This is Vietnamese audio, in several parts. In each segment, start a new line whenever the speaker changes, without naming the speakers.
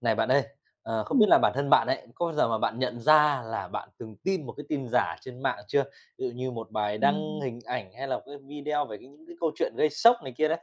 Này bạn ơi, không biết
Ừm.
là bản thân bạn ấy, có bao giờ mà bạn nhận ra là bạn từng tin một cái tin giả trên mạng chưa? Ví dụ như một bài đăng
Ừm.
hình ảnh hay là một cái video về những cái câu chuyện gây sốc này kia đấy.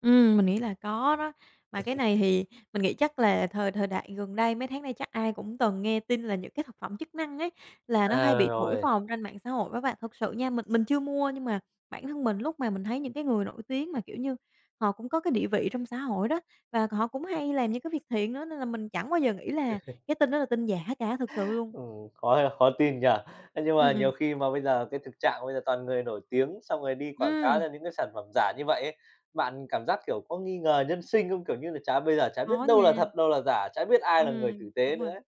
Mình nghĩ là có đó. Mà cái này thì mình nghĩ chắc là thời thời đại gần đây, mấy tháng nay chắc ai cũng từng nghe tin là những cái thực phẩm chức năng ấy, là nó hay
À,
bị thổi
rồi,
phồng trên mạng xã hội á bạn. Thực sự nha, mình chưa mua nhưng mà bản thân mình lúc mà mình thấy những cái người nổi tiếng mà, kiểu như, họ cũng có cái địa vị trong xã hội đó, và họ cũng hay làm những cái việc thiện nữa, nên là mình chẳng bao giờ nghĩ là cái tin đó là tin giả cả, thực sự luôn.
khó khó tin nhỉ? Thế nhưng mà
Ừm, ừm.
nhiều khi mà bây giờ cái thực trạng bây giờ toàn người nổi tiếng, xong rồi đi quảng cáo
Ừm,
cho những cái sản phẩm giả như vậy ấy, bạn cảm giác, kiểu, có nghi ngờ nhân sinh không? Kiểu như là, chả bây giờ chả biết
có
đâu là
nha.
thật, đâu là giả, chả biết ai là người tử
Đúng
tế nữa
rồi.
ấy.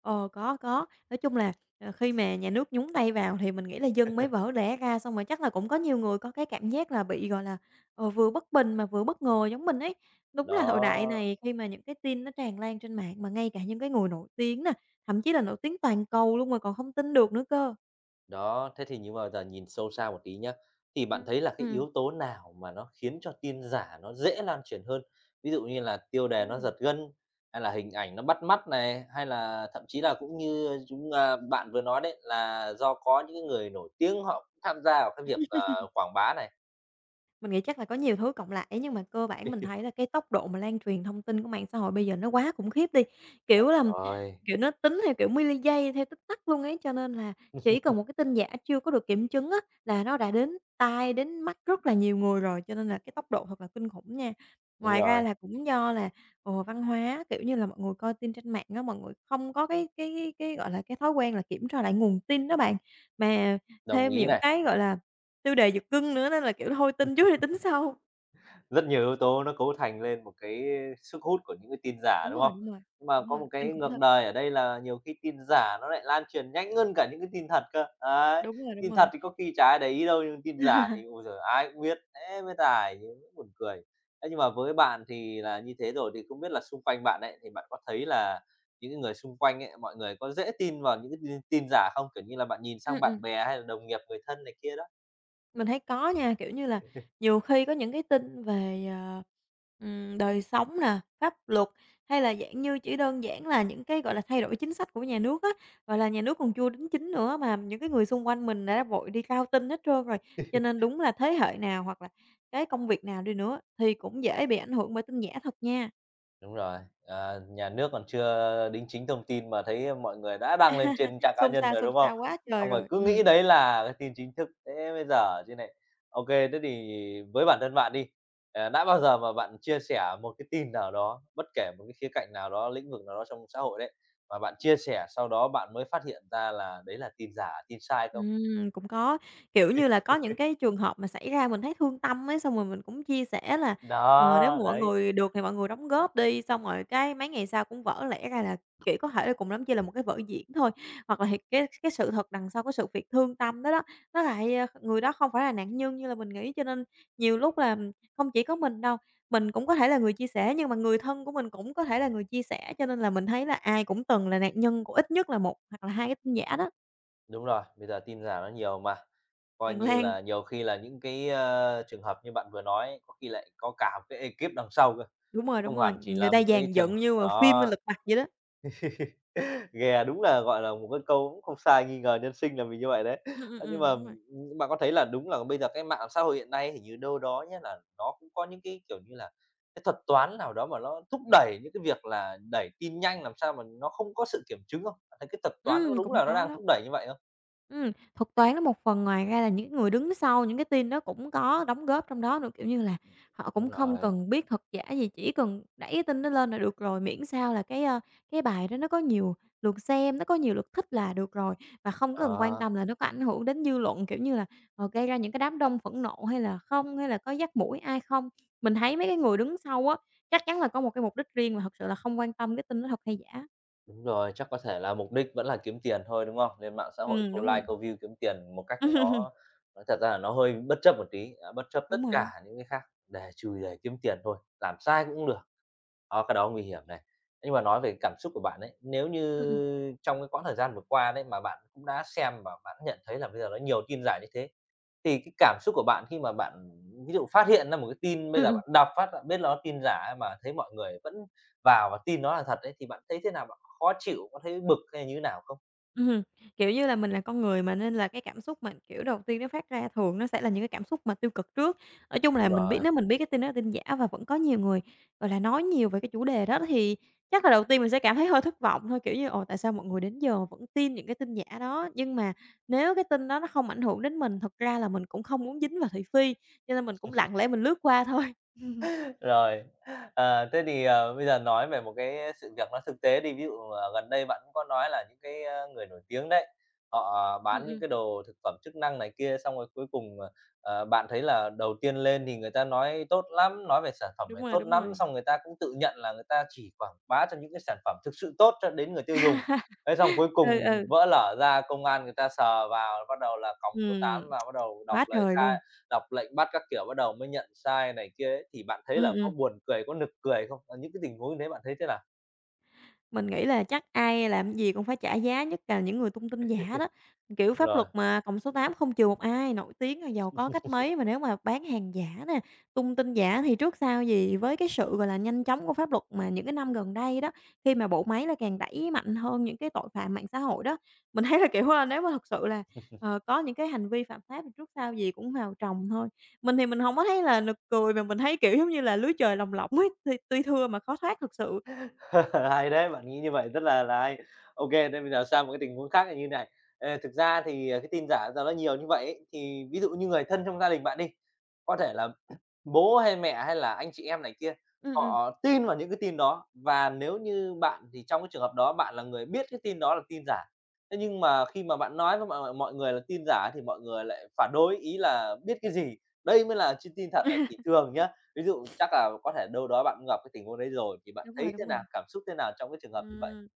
Ờ, có, có. Nói chung là, khi mà nhà nước nhúng tay vào thì mình nghĩ là dân mới vỡ lẽ ra, xong rồi chắc là cũng có nhiều người có cái cảm giác là bị, gọi là, vừa bất bình mà vừa bất ngờ giống mình ấy. Đúng là thời đại
Đó.
này khi mà những cái tin nó tràn lan trên mạng mà ngay cả những cái người nổi tiếng nè, thậm chí là nổi tiếng toàn cầu luôn mà còn không tin được nữa cơ.
Đó, thế thì nhưng mà giờ nhìn sâu xa một tí nhá, thì bạn thấy là cái
Ừm.
yếu tố nào mà nó khiến cho tin giả nó dễ lan truyền hơn? Ví dụ như là tiêu đề nó
Ừm.
giật gân, hay là hình ảnh nó bắt mắt này, hay là thậm chí là cũng như chúng à, bạn vừa nói đấy là do có những cái người nổi tiếng họ cũng tham gia vào cái việc, quảng bá này.
Mình nghĩ chắc là có nhiều thứ cộng lại, nhưng mà cơ bản mình thấy là cái tốc độ mà lan truyền thông tin của mạng xã hội bây giờ nó quá khủng khiếp đi. Kiểu là,
Rồi.
nó tính theo kiểu milli giây, theo tích tắc luôn ấy, cho nên là chỉ cần một cái tin giả chưa có được kiểm chứng á, là nó đã đến tai, đến mắt rất là nhiều người rồi, cho nên là cái tốc độ thật là kinh khủng nha.
Đúng
Ngoài ra
rồi,
là cũng do là, văn hóa, kiểu như là, mọi người coi tin trên mạng á, mọi người không có cái, gọi là, cái thói quen là kiểm tra lại nguồn tin đó bạn. Mà
đồng
thêm
ý
những
này.
cái, gọi là tiêu đề giật gân nữa nên là, kiểu, thôi tin trước đi tính sau.
Rất nhiều yếu tố nó cấu thành lên một cái sức hút của những cái tin giả,
Đúng
đúng
rồi,
không?
đúng rồi,
Nhưng mà
đúng
có
rồi,
một cái
kinh khủng
ngược
thật.
đời ở đây là nhiều khi tin giả nó lại lan truyền nhanh hơn cả những cái tin thật cơ. Đấy,
Đúng rồi, đúng
tin
rồi.
thật thì có khi chả ai để ý đâu, nhưng tin giả thì, ôi giời, ai cũng biết, thế mới tải, buồn cười. Thế nhưng mà với bạn thì là như thế rồi, thì không biết là xung quanh bạn ấy, thì bạn có thấy là những cái người xung quanh ấy, mọi người có dễ tin vào những cái tin tin giả không? Kiểu như là, bạn nhìn
Ừm,
sang bạn
ừm,
bè hay là đồng nghiệp, người thân này kia đó?
mình thấy có nha, kiểu như là, nhiều khi có những cái tin về, đời sống nè, pháp luật hay là dạng như chỉ đơn giản là những cái, gọi là, thay đổi chính sách của nhà nước á, gọi là, nhà nước còn chưa đính chính nữa mà những cái người xung quanh mình đã vội đi cao tin hết trơn rồi. Cho nên đúng là thế hệ nào hoặc là cái công việc nào đi nữa thì cũng dễ bị ảnh hưởng bởi tin giả thật nha,
Đúng rồi, ờ, nhà nước còn chưa đính chính thông tin mà thấy mọi người đã đăng lên trên trang cá nhân rồi,
xôn
đúng không?
xao quá trời
Xong rồi
rồi,
cứ nghĩ đấy là cái tin chính thức, thế bây giờ chứ này. Ok, thế thì với bản thân bạn đi, đã bao giờ mà bạn chia sẻ một cái tin nào đó, bất kể một cái khía cạnh nào đó, lĩnh vực nào đó trong xã hội đấy, mà bạn chia sẻ sau đó bạn mới phát hiện ra là đấy là tin giả, tin sai không?
Cũng có. Kiểu như là, có những cái trường hợp mà xảy ra mình thấy thương tâm ấy, xong rồi mình cũng chia sẻ là, nếu
Đó,
mà mọi
đấy.
người được thì mọi người đóng góp đi, xong rồi cái mấy ngày sau cũng vỡ lẽ ra là, kiểu, có thể là cùng lắm chỉ là một cái vở diễn thôi. Hoặc là thiệt cái sự thật đằng sau cái sự việc thương tâm đó đó, nó lại, ờ người đó không phải là nạn nhân như là mình nghĩ, cho nên nhiều lúc là không chỉ có mình đâu, mình cũng có thể là người chia sẻ, nhưng mà người thân của mình cũng có thể là người chia sẻ, cho nên là mình thấy là ai cũng từng là nạn nhân của ít nhất là một hoặc là hai cái tin giả đó,
Đúng rồi, bây giờ tin giả nó nhiều mà, coi
tràn
như
lan.
là nhiều khi là những cái, ơ, trường hợp như bạn vừa nói ấy, có khi lại có cả một cái ekip đằng sau cơ, chứ
Đúng
không
rồi,
hẳn chỉ
người
là
ta
một cái
dàn
trường
dựng
h
như mà phim lên
đó,
lật mặt vậy đó.
ghè đúng là, gọi là, một cái câu cũng không sai, nghi ngờ nhân sinh là vì như vậy đấy. Ơ, nhưng mà,
Đúng rồi.
bạn có thấy là đúng là bây giờ cái mạng xã hội hiện nay hình như đâu đó nhé là nó cũng có những cái, kiểu như là, cái thuật toán nào đó mà nó thúc đẩy những cái việc là đẩy tin nhanh làm sao mà nó không có sự kiểm chứng không? Bạn thấy cái thuật toán nó đúng
Cũng
là nó
có
đang
đó.
thúc đẩy như vậy không?
Thuật toán nó một phần, ngoài ra là những người đứng sau những cái tin đó cũng có đóng góp trong đó nữa, kiểu như là, họ
Đúng
cũng không
rồi.
cần biết thật giả gì, chỉ cần đẩy cái tin đó lên là được rồi, miễn sao là cái, cái bài đó nó có nhiều lượt xem, nó có nhiều lượt thích là được rồi, và không cần quan
Ờ,
tâm là nó có ảnh hưởng đến dư luận, kiểu như là, gây ra những cái đám đông phẫn nộ hay là không, hay là có dắt mũi ai không. Mình thấy mấy cái người đứng sau á, chắc chắn là có một cái mục đích riêng mà thật sự là không quan tâm cái tin nó thật hay giả.
đúng rồi, chắc có thể là mục đích vẫn là kiếm tiền thôi, đúng không? Lên mạng xã hội câu
Đúng rồi.
like, câu view kiếm tiền một cách nó nói thật ra là nó hơi bất chấp một tí, à, bất chấp tất
Đúng rồi đó.
cả những cái khác để chùi để kiếm tiền thôi, làm sai cũng được. Đó, cái đó nguy hiểm này. Nhưng mà nói về cảm xúc của bạn ấy, nếu
Ừm, ừm.
như trong cái quãng thời gian vừa qua đấy mà bạn cũng đã xem và bạn nhận thấy là bây giờ nó nhiều tin giả như thế, thì cái cảm xúc của bạn khi mà bạn ví dụ phát hiện ra một cái tin bây
Ừm,
giờ
ừm.
bạn đọc phát bạn biết nó tin giả mà thấy mọi người vẫn vào và tin nó là thật đấy thì bạn thấy thế nào? Khó chịu, có thấy bực hay như thế nào không?
Ừm, kiểu như là, mình là con người mà, nên là cái cảm xúc mà, kiểu, đầu tiên nó phát ra thường nó sẽ là những cái cảm xúc mà tiêu cực trước. Nói chung là
Đúng
mình biết
rồi.
nếu mình biết cái tin đó là tin giả và vẫn có nhiều người, gọi là, nói nhiều về cái chủ đề đó thì chắc là đầu tiên mình sẽ cảm thấy hơi thất vọng thôi, kiểu như, ồ, tại sao mọi người đến giờ vẫn tin những cái tin giả đó. Nhưng mà nếu cái tin đó nó không ảnh hưởng đến mình, thật ra là mình cũng không muốn dính vào thị phi, cho nên mình cũng lặng lẽ mình lướt qua thôi. Ừm,
Rồi, thế thì, bây giờ nói về một cái sự việc nó thực tế đi, ví dụ, gần đây bạn cũng có nói là những cái, ơ, người nổi tiếng đấy, họ bán những
ừm,
cái đồ thực phẩm chức năng này kia, xong rồi cuối cùng, bạn thấy là đầu tiên lên thì người ta nói tốt lắm, nói về sản phẩm
đúng
này
rồi,
tốt
đúng
lắm,
rồi.
xong người ta cũng tự nhận là người ta chỉ quảng bá cho những cái sản phẩm thực sự tốt cho đến người tiêu dùng. Thế xong cuối
Ừ,
cùng
ừ,
vỡ lở ra, công an người ta sờ vào, bắt đầu là còng số 8
ừm,
và bắt đầu đọc
quá
lời
trời luôn.
khai đọc lệnh bắt các kiểu, bắt đầu mới nhận sai này kia ấy, thì bạn thấy là
Ừm,
có
ừm.
buồn cười, có nực cười không? Ờ, những cái tình huống như thế bạn thấy thế nào?
Mình nghĩ là chắc ai làm gì cũng phải trả giá, nhất là những người tung tin giả đó. Kiểu, pháp
Rồi.
luật mà, còng số 8 không trừ một ai, nổi tiếng rồi giàu có cách mấy mà nếu mà bán hàng giả nè, tung tin giả thì trước sau gì với cái sự, gọi là, nhanh chóng của pháp luật mà những cái năm gần đây đó, khi mà bộ máy là càng đẩy mạnh hơn những cái tội phạm mạng xã hội đó, mình thấy là, kiểu, nếu mà thật sự là, có những cái hành vi phạm pháp thì trước sau gì cũng vào tròng thôi. Mình thì mình không có thấy là nực cười mà mình thấy, kiểu, giống như là, lưới trời lồng lộng ấy, thì tuy thưa mà khó thoát thật sự.
Hay đấy, bạn nghĩ như vậy rất là hay. Ô thế bây giờ sang một cái tình huống khác là như này. Ờ, thực ra thì, cái tin giả giờ nó nhiều như vậy ấy, thì ví dụ như người thân trong gia đình bạn đi, có thể là bố hay mẹ hay là anh chị em này kia,
Ừm, ừm.
họ tin vào những cái tin đó và nếu như bạn thì trong cái trường hợp đó bạn là người biết cái tin đó là tin giả. Thế nhưng mà khi mà bạn nói với mọi mọi người là tin giả thì mọi người lại phản đối, ý là biết cái gì, đây mới là ch tin thật ấy. Thì thường nhá, ví dụ chắc là có thể đâu đó bạn cũng gặp cái tình huống đấy rồi, thì bạn
Đúng rồi,
thấy thế
đúng
nào,
rồi.
cảm xúc thế nào trong cái trường hợp như vậy?
Ừm,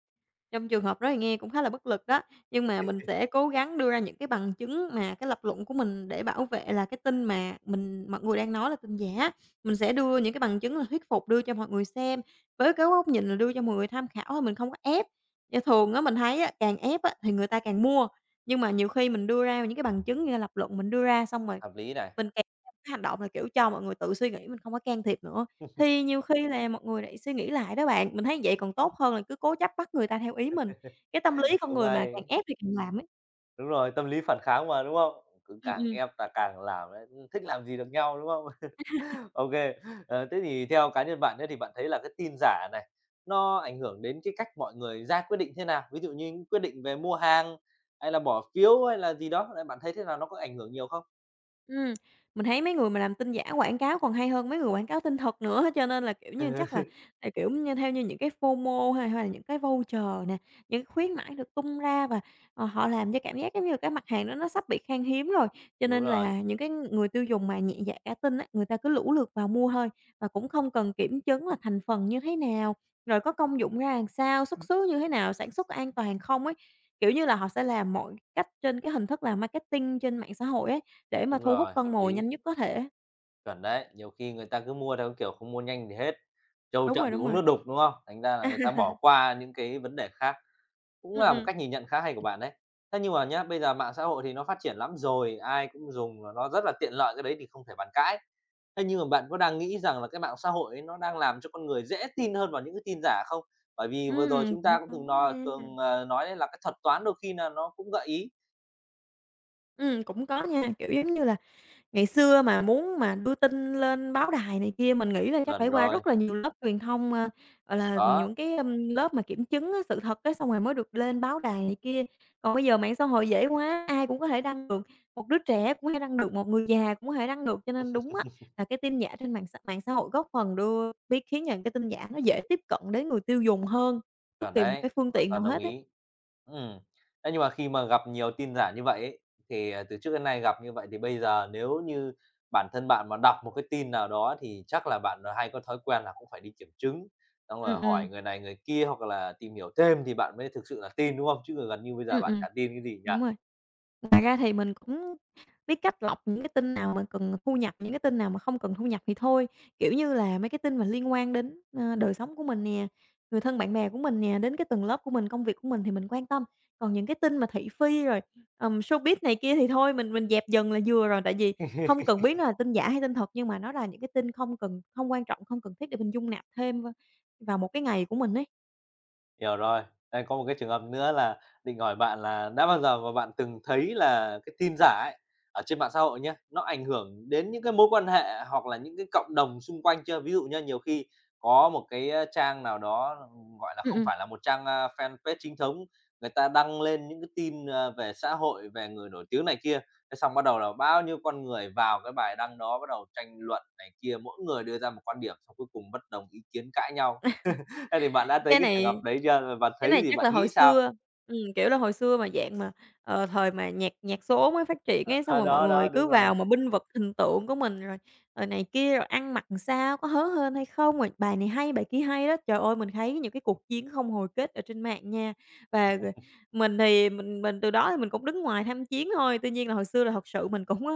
trong trường hợp đó thì nghe cũng khá là bất lực đó, nhưng mà mình sẽ cố gắng đưa ra những cái bằng chứng mà cái lập luận của mình để bảo vệ là cái tin mà mọi người đang nói là tin giả. Mình sẽ đưa những cái bằng chứng là thuyết phục đưa cho mọi người xem, với cái góc nhìn là đưa cho mọi người tham khảo thôi, mình không có ép. Do thường á, mình thấy á, càng ép á, thì người ta càng mua, nhưng mà nhiều khi mình đưa ra những cái bằng chứng như là lập luận mình đưa ra xong rồi
Hợp lý này.
mình kèm theo cái hành động là, kiểu, cho mọi người tự suy nghĩ, mình không có can thiệp nữa. Thì nhiều khi là mọi người lại suy nghĩ lại đó bạn, mình thấy vậy còn tốt hơn là cứ cố chấp bắt người ta theo ý mình. Cái tâm lý con
Cũng
người mà càng
hay.
ép thì càng làm ấy.
Đúng rồi, tâm lý phản kháng mà, đúng không? Cứ
Ừm,
càng
ừm,
ép ta càng làm đấy, ừ, thích làm gì được nhau, đúng không? Ok, thế thì theo cá nhân bạn ấy thì bạn thấy là cái tin giả này, nó ảnh hưởng đến cái cách mọi người ra quyết định thế nào? Ví dụ như những quyết định về mua hàng, hay là bỏ phiếu hay là gì đó, bạn thấy thế nào, nó có ảnh hưởng nhiều không?
ừm, mình thấy mấy người mà làm tin giả quảng cáo còn hay hơn mấy người quảng cáo tin thật nữa, cho nên là, kiểu như, chắc là kiểu như, theo như những cái FOMO hay hay là những cái voucher nè, những cái khuyến mãi được tung ra và, họ làm cho cảm giác giống như cái mặt hàng đó nó sắp bị khan hiếm rồi, cho
Đúng
nên
rồi,
là những cái người tiêu dùng mà nhẹ dạ cả tin á, người ta cứ lũ lượt vào mua thôi và cũng không cần kiểm chứng là thành phần như thế nào, rồi có công dụng ra làm sao, xuất xứ như thế nào, sản xuất có an toàn không ấy. Kiểu như là, họ sẽ làm mọi cách trên cái hình thức là marketing trên mạng xã hội ấy, để mà
đúng
thu hút
rồi,
con
hợp
mồi
lý.
nhanh nhất có thể.
Chuẩn đấy, nhiều khi người ta cứ mua theo cái kiểu không mua nhanh thì hết, trâu
Đúng
chậm
rồi,
thì
đúng
uống
rồi.
nước đục, đúng không? Thành ra là người ta bỏ qua những cái vấn đề khác, cũng
Ừm,
là một
ừm.
cách nhìn nhận khá hay của bạn đấy. Thế nhưng mà nhá, bây giờ mạng xã hội thì nó phát triển lắm rồi, ai cũng dùng và nó rất là tiện lợi, cái đấy thì không thể bàn cãi. Thế nhưng mà bạn có đang nghĩ rằng là cái mạng xã hội ấy nó đang làm cho con người dễ tin hơn vào những cái tin giả không? Bởi vì vừa rồi chúng
Cũng
ta cũng
có
từng nói,
nha.
nói đấy là cái thuật toán đôi khi là nó cũng gợi ý.
Cũng có nha, kiểu, giống như là, ngày xưa mà muốn mà đưa tin lên báo đài này kia, mình nghĩ là chắc phải
Chuẩn
qua
rồi,
rất là nhiều lớp truyền thông, gọi là,
đó.
những cái, lớp mà kiểm chứng á, sự thật á, xong rồi mới được lên báo đài này kia. Còn bây giờ mạng xã hội dễ quá, ai cũng có thể đăng được, một đứa trẻ cũng có thể đăng được, một người già cũng có thể đăng được, cho nên đúng á, là cái tin giả trên mạng xã hội góp phần đưa biết khiến cho cái tin giả nó dễ tiếp cận đến người tiêu dùng hơn bất
Chuẩn
kỳ một cái
đấy,
phương
hoàn
tiện nào
toàn đồng
hết ấy.
ý. Ừm, thế nhưng mà khi mà gặp nhiều tin giả như vậy ấy, thì, à, từ trước đến nay gặp như vậy thì bây giờ nếu như bản thân bạn mà đọc một cái tin nào đó thì chắc là bạn, à, hay có thói quen là cũng phải đi kiểm chứng, xong rồi
Ừm, ừm.
hỏi người này người kia hoặc là tìm hiểu thêm thì bạn mới thực sự là tin, đúng không? Chứ còn gần như bây giờ
Ừm,
bạn
ừm,
chả tin cái gì nhỉ?
đúng rồi. Ngoài ra thì mình cũng biết cách lọc những cái tin nào mà cần thu nhập, những cái tin nào mà không cần thu nhập thì thôi. Kiểu như là, mấy cái tin mà liên quan đến, đời sống của mình nè, người thân bạn bè của mình nè, đến cái tầng lớp của mình, công việc của mình thì mình quan tâm. Còn những cái tin mà thị phi rồi, showbiz này kia thì thôi mình dẹp dần là vừa rồi, tại vì không cần biết nó là tin giả hay tin thật, nhưng mà nó là những cái tin không cần không quan trọng, không cần thiết để mình dung nạp thêm vào một cái ngày của mình ấy.
Hiểu rồi. Đây, có một cái trường hợp nữa là định hỏi bạn là đã bao giờ mà bạn từng thấy là cái tin giả ấy, ở trên mạng xã hội nhé, nó ảnh hưởng đến những cái mối quan hệ hoặc là những cái cộng đồng xung quanh chưa? Ví dụ nhá, nhiều khi có một cái, a, trang nào đó, gọi là,
Ừm,
không
ừm.
phải là một trang, a, fanpage chính thống, người ta đăng lên những cái tin, a, về xã hội, về người nổi tiếng này kia, thế xong bắt đầu là bao nhiêu con người vào cái bài đăng đó bắt đầu tranh luận này kia, mỗi người đưa ra một quan điểm, xong cuối cùng bất đồng ý kiến cãi nhau. Thế thì bạn đã thấy
Cái
cái trường
này
hợp đấy chưa? Và
cái
thấy
này
thì
chắc
bạn
là hồi
nghĩ sao?
xưa kiểu là, hồi xưa mà dạng mà, thời mà nhạc nhạc số mới phát triển
Ờ,
ấy, xong
ờ,
rồi mọi
đó,
người
đó,
cứ
đúng rồi.
vào mà binh vực hình tượng của mình rồi, rồi này kia, rồi ăn mặc sao, có hớ hênh hay không, rồi bài này hay, bài kia hay đó. Trời ơi, mình thấy những cái cuộc chiến không hồi kết ở trên mạng nha, và rồi mình thì mình từ đó thì mình cũng đứng ngoài tham chiến thôi. Tuy nhiên là hồi xưa là thật sự mình cũng,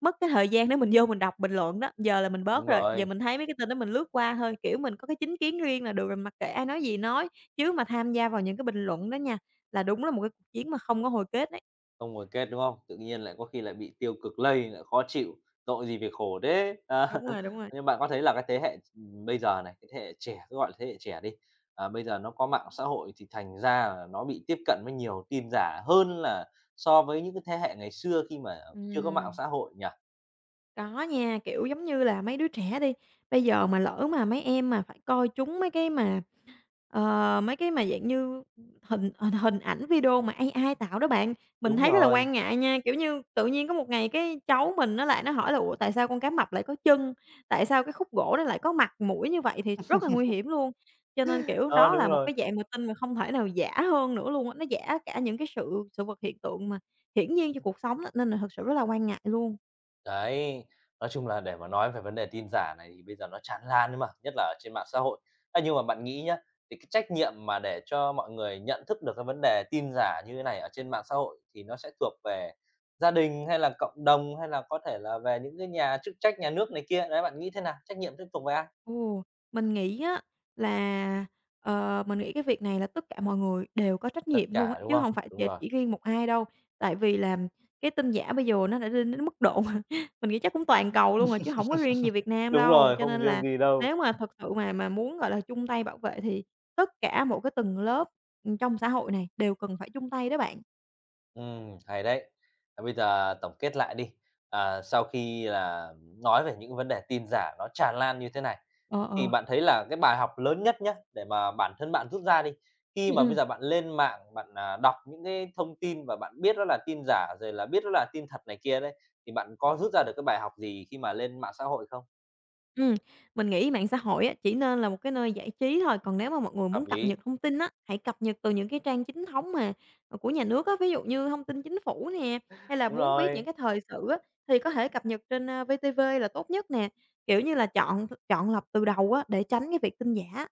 mất cái thời gian để mình vô mình đọc bình luận đó, giờ là mình bớt
Đúng
rồi, giờ
rồi,
mình thấy mấy cái tin đó mình lướt qua thôi, kiểu, mình có cái chính kiến riêng là được rồi, mặc kệ ai nói gì nói, chứ mà tham gia vào những cái bình luận đó nha, là đúng là một cái cuộc chiến mà không có hồi kết đấy.
không hồi kết, đúng không? Tự nhiên lại có khi lại bị tiêu cực lây, lại khó chịu, tội gì phải khổ thế. Ờ,
Đúng rồi, đúng rồi.
nhưng bạn có thấy là cái thế hệ, bây giờ này, cái thế hệ trẻ, cứ gọi là thế hệ trẻ đi, bây giờ nó có mạng xã hội thì thành ra là nó bị tiếp cận với nhiều tin giả hơn là so với những cái thế hệ ngày xưa khi mà chưa có mạng
Ừm.
xã hội nhỉ?
Có nha, kiểu, giống như là mấy đứa trẻ đi, bây giờ mà lỡ mà mấy em mà phải coi chúng mấy cái mà, mấy cái mà dạng như hình hình hình ảnh video mà AI tạo đó bạn, mình
Đúng
thấy rất là
rồi,
quan ngại nha. Kiểu như, tự nhiên có một ngày cái cháu mình nó lại hỏi là "Ủa, tại sao con cá mập lại có chân? Tại sao cái khúc gỗ nó lại có mặt, mũi?" Như vậy thì rất là nguy hiểm luôn. Cho nên, kiểu,
ờ,
đó là
đúng
một
rồi.
cái dạng mà tin mà không thể nào giả hơn nữa luôn á, nó giả cả những cái sự sự vật hiện tượng mà hiển nhiên cho cuộc sống á, nên là thực sự rất là quan ngại luôn.
Đấy, nói chung là để mà nói về vấn đề tin giả này thì bây giờ nó tràn lan ấy mà, nhất là ở trên mạng xã hội. Thế nhưng mà bạn nghĩ nhá, thì cái trách nhiệm mà để cho mọi người nhận thức được cái vấn đề tin giả như thế này ở trên mạng xã hội thì nó sẽ thuộc về gia đình hay là cộng đồng hay là có thể là về những cái nhà chức trách nhà nước này kia, đấy, bạn nghĩ thế nào? Trách nhiệm sẽ thuộc về ai?
Ồ, mình nghĩ á là, mình nghĩ cái việc này là tất cả mọi người đều có trách
Tất
nhiệm luôn á,
cả, đúng
chứ
không?
không phải
Đúng
chỉ
rồi,
chỉ riêng một ai đâu. Tại vì là cái tin giả bây giờ nó đã lên đến mức độ mà mình nghĩ chắc cũng toàn cầu luôn rồi chứ không có riêng gì Việt Nam
đúng
đâu.
rồi,
Cho nên
không riêng
là
gì đâu.
nếu mà thật sự mà muốn, gọi là, chung tay bảo vệ thì tất cả một cái tầng lớp, ừ, trong xã hội này đều cần phải chung tay đó bạn.
Hay đấy. À, bây giờ tổng kết lại đi, sau khi là nói về những vấn đề tin giả nó tràn lan như thế này,
Ờ,
thì
ờ.
bạn thấy là cái bài học lớn nhất nhá, để mà bản thân bạn rút ra đi, khi
Ừm,
mà bây
ừm.
giờ bạn lên mạng bạn, đọc những cái thông tin và bạn biết đó là tin giả, rồi là biết đó là tin thật này kia đấy, thì bạn có rút ra được cái bài học gì khi mà lên mạng xã hội không?
Ừm, mình nghĩ mạng xã hội á, chỉ nên là một cái nơi giải trí thôi, còn nếu mà mọi người
Hợp
muốn cập
lý.
nhật thông tin á, hãy cập nhật từ những cái trang chính thống mà, của nhà nước á, ví dụ như thông tin chính phủ nè, hay là
Đúng
muốn biết những
rồi.
cái thời sự á, thì có thể cập nhật trên, VTV là tốt nhất nè. Kiểu như là, chọn chọn lọc từ đầu á, để tránh cái việc tin giả.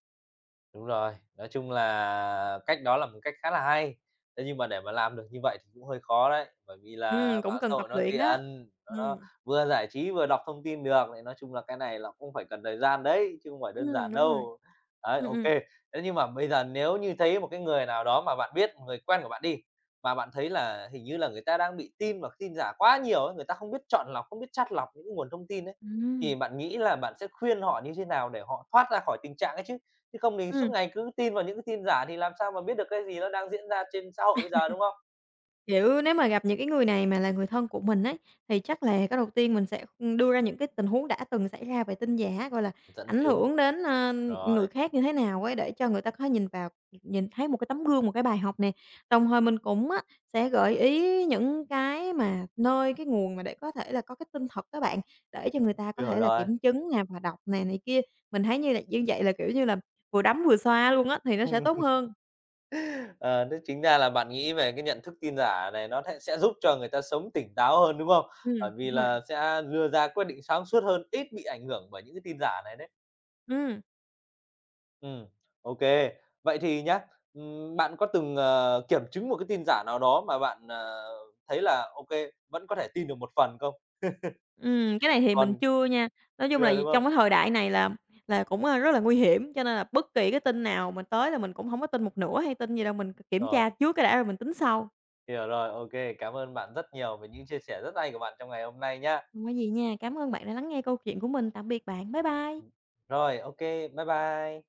Đúng rồi, nói chung là cách đó là một cách khá là hay. Thế nhưng mà để mà làm được như vậy thì cũng hơi khó đấy, bởi vì là
Cũng
mạng xã
cần tập
hội nó
luyện
tiện,
đó.
nó nó
Ừm.
vừa giải trí vừa đọc thông tin được, thì nói chung là cái này là cũng phải cần thời gian đấy, chứ không phải đơn giản
Đúng rồi.
đâu. Đấy,
Ừm,
ok.
ừm.
Thế nhưng mà bây giờ nếu như thấy một cái người nào đó mà bạn biết, một người quen của bạn đi, mà bạn thấy là hình như là người ta đang bị tin và tin giả quá nhiều ấy, người ta không biết chọn lọc, không biết chắt lọc những cái nguồn thông tin ấy,
Ừm.
thì bạn nghĩ là bạn sẽ khuyên họ như thế nào để họ thoát ra khỏi tình trạng ấy chứ? Chứ không thì suốt
Ừm.
ngày cứ tin vào những cái tin giả thì làm sao mà biết được cái gì nó đang diễn ra trên xã hội bây giờ, đúng không?
Kiểu, nếu mà gặp những cái người này mà là người thân của mình ấy, thì chắc là cái đầu tiên mình sẽ đưa ra những cái tình huống đã từng xảy ra về tin giả, gọi là,
Dẫn
ảnh
chứng,
hưởng đến, người
rồi,
khác như thế nào ấy, để cho người ta có nhìn vào nhìn thấy một cái tấm gương, một cái bài học nè. Đồng thời mình cũng á, sẽ gợi ý những cái mà nơi, cái nguồn mà để có thể là có cái tin thật các bạn, để cho người ta có
hiểu
thể là
rồi.
kiểm chứng nè và đọc nè này kia. Mình thấy như là như vậy là, kiểu như là, vừa đấm vừa xoa luôn á, thì nó sẽ
Ừm,
tốt hơn.
ờ, thế chính ra là bạn nghĩ về cái nhận thức tin giả này nó thẽ sẽ giúp cho người ta sống tỉnh táo hơn, đúng không? Bởi vì
Đúng rồi.
là sẽ đưa ra quyết định sáng suốt hơn, ít bị ảnh hưởng bởi những cái tin giả này đấy.
Ừm.
Ừm, ok. Vậy thì nhá, bạn có từng, kiểm chứng một cái tin giả nào đó mà bạn, thấy là ok vẫn có thể tin được một phần không?
Cái này thì mình
Còn
chưa nha. Nói chung là
chưa, đúng không?
trong cái thời đại này là cũng, rất là nguy hiểm, cho nên là bất kỳ cái tin nào mình tới là mình cũng không có tin một nửa hay tin gì đâu, mình kiểm
Rồi.
tra trước cái đã rồi mình tính sau.
Hiểu rồi, ok. Cảm ơn bạn rất nhiều về những chia sẻ rất hay của bạn trong ngày hôm nay nhá.
Hông có gì nha, cảm ơn bạn đã lắng nghe câu chuyện của mình. Tạm biệt bạn, bye bye.
Rồi, ok, bye bye.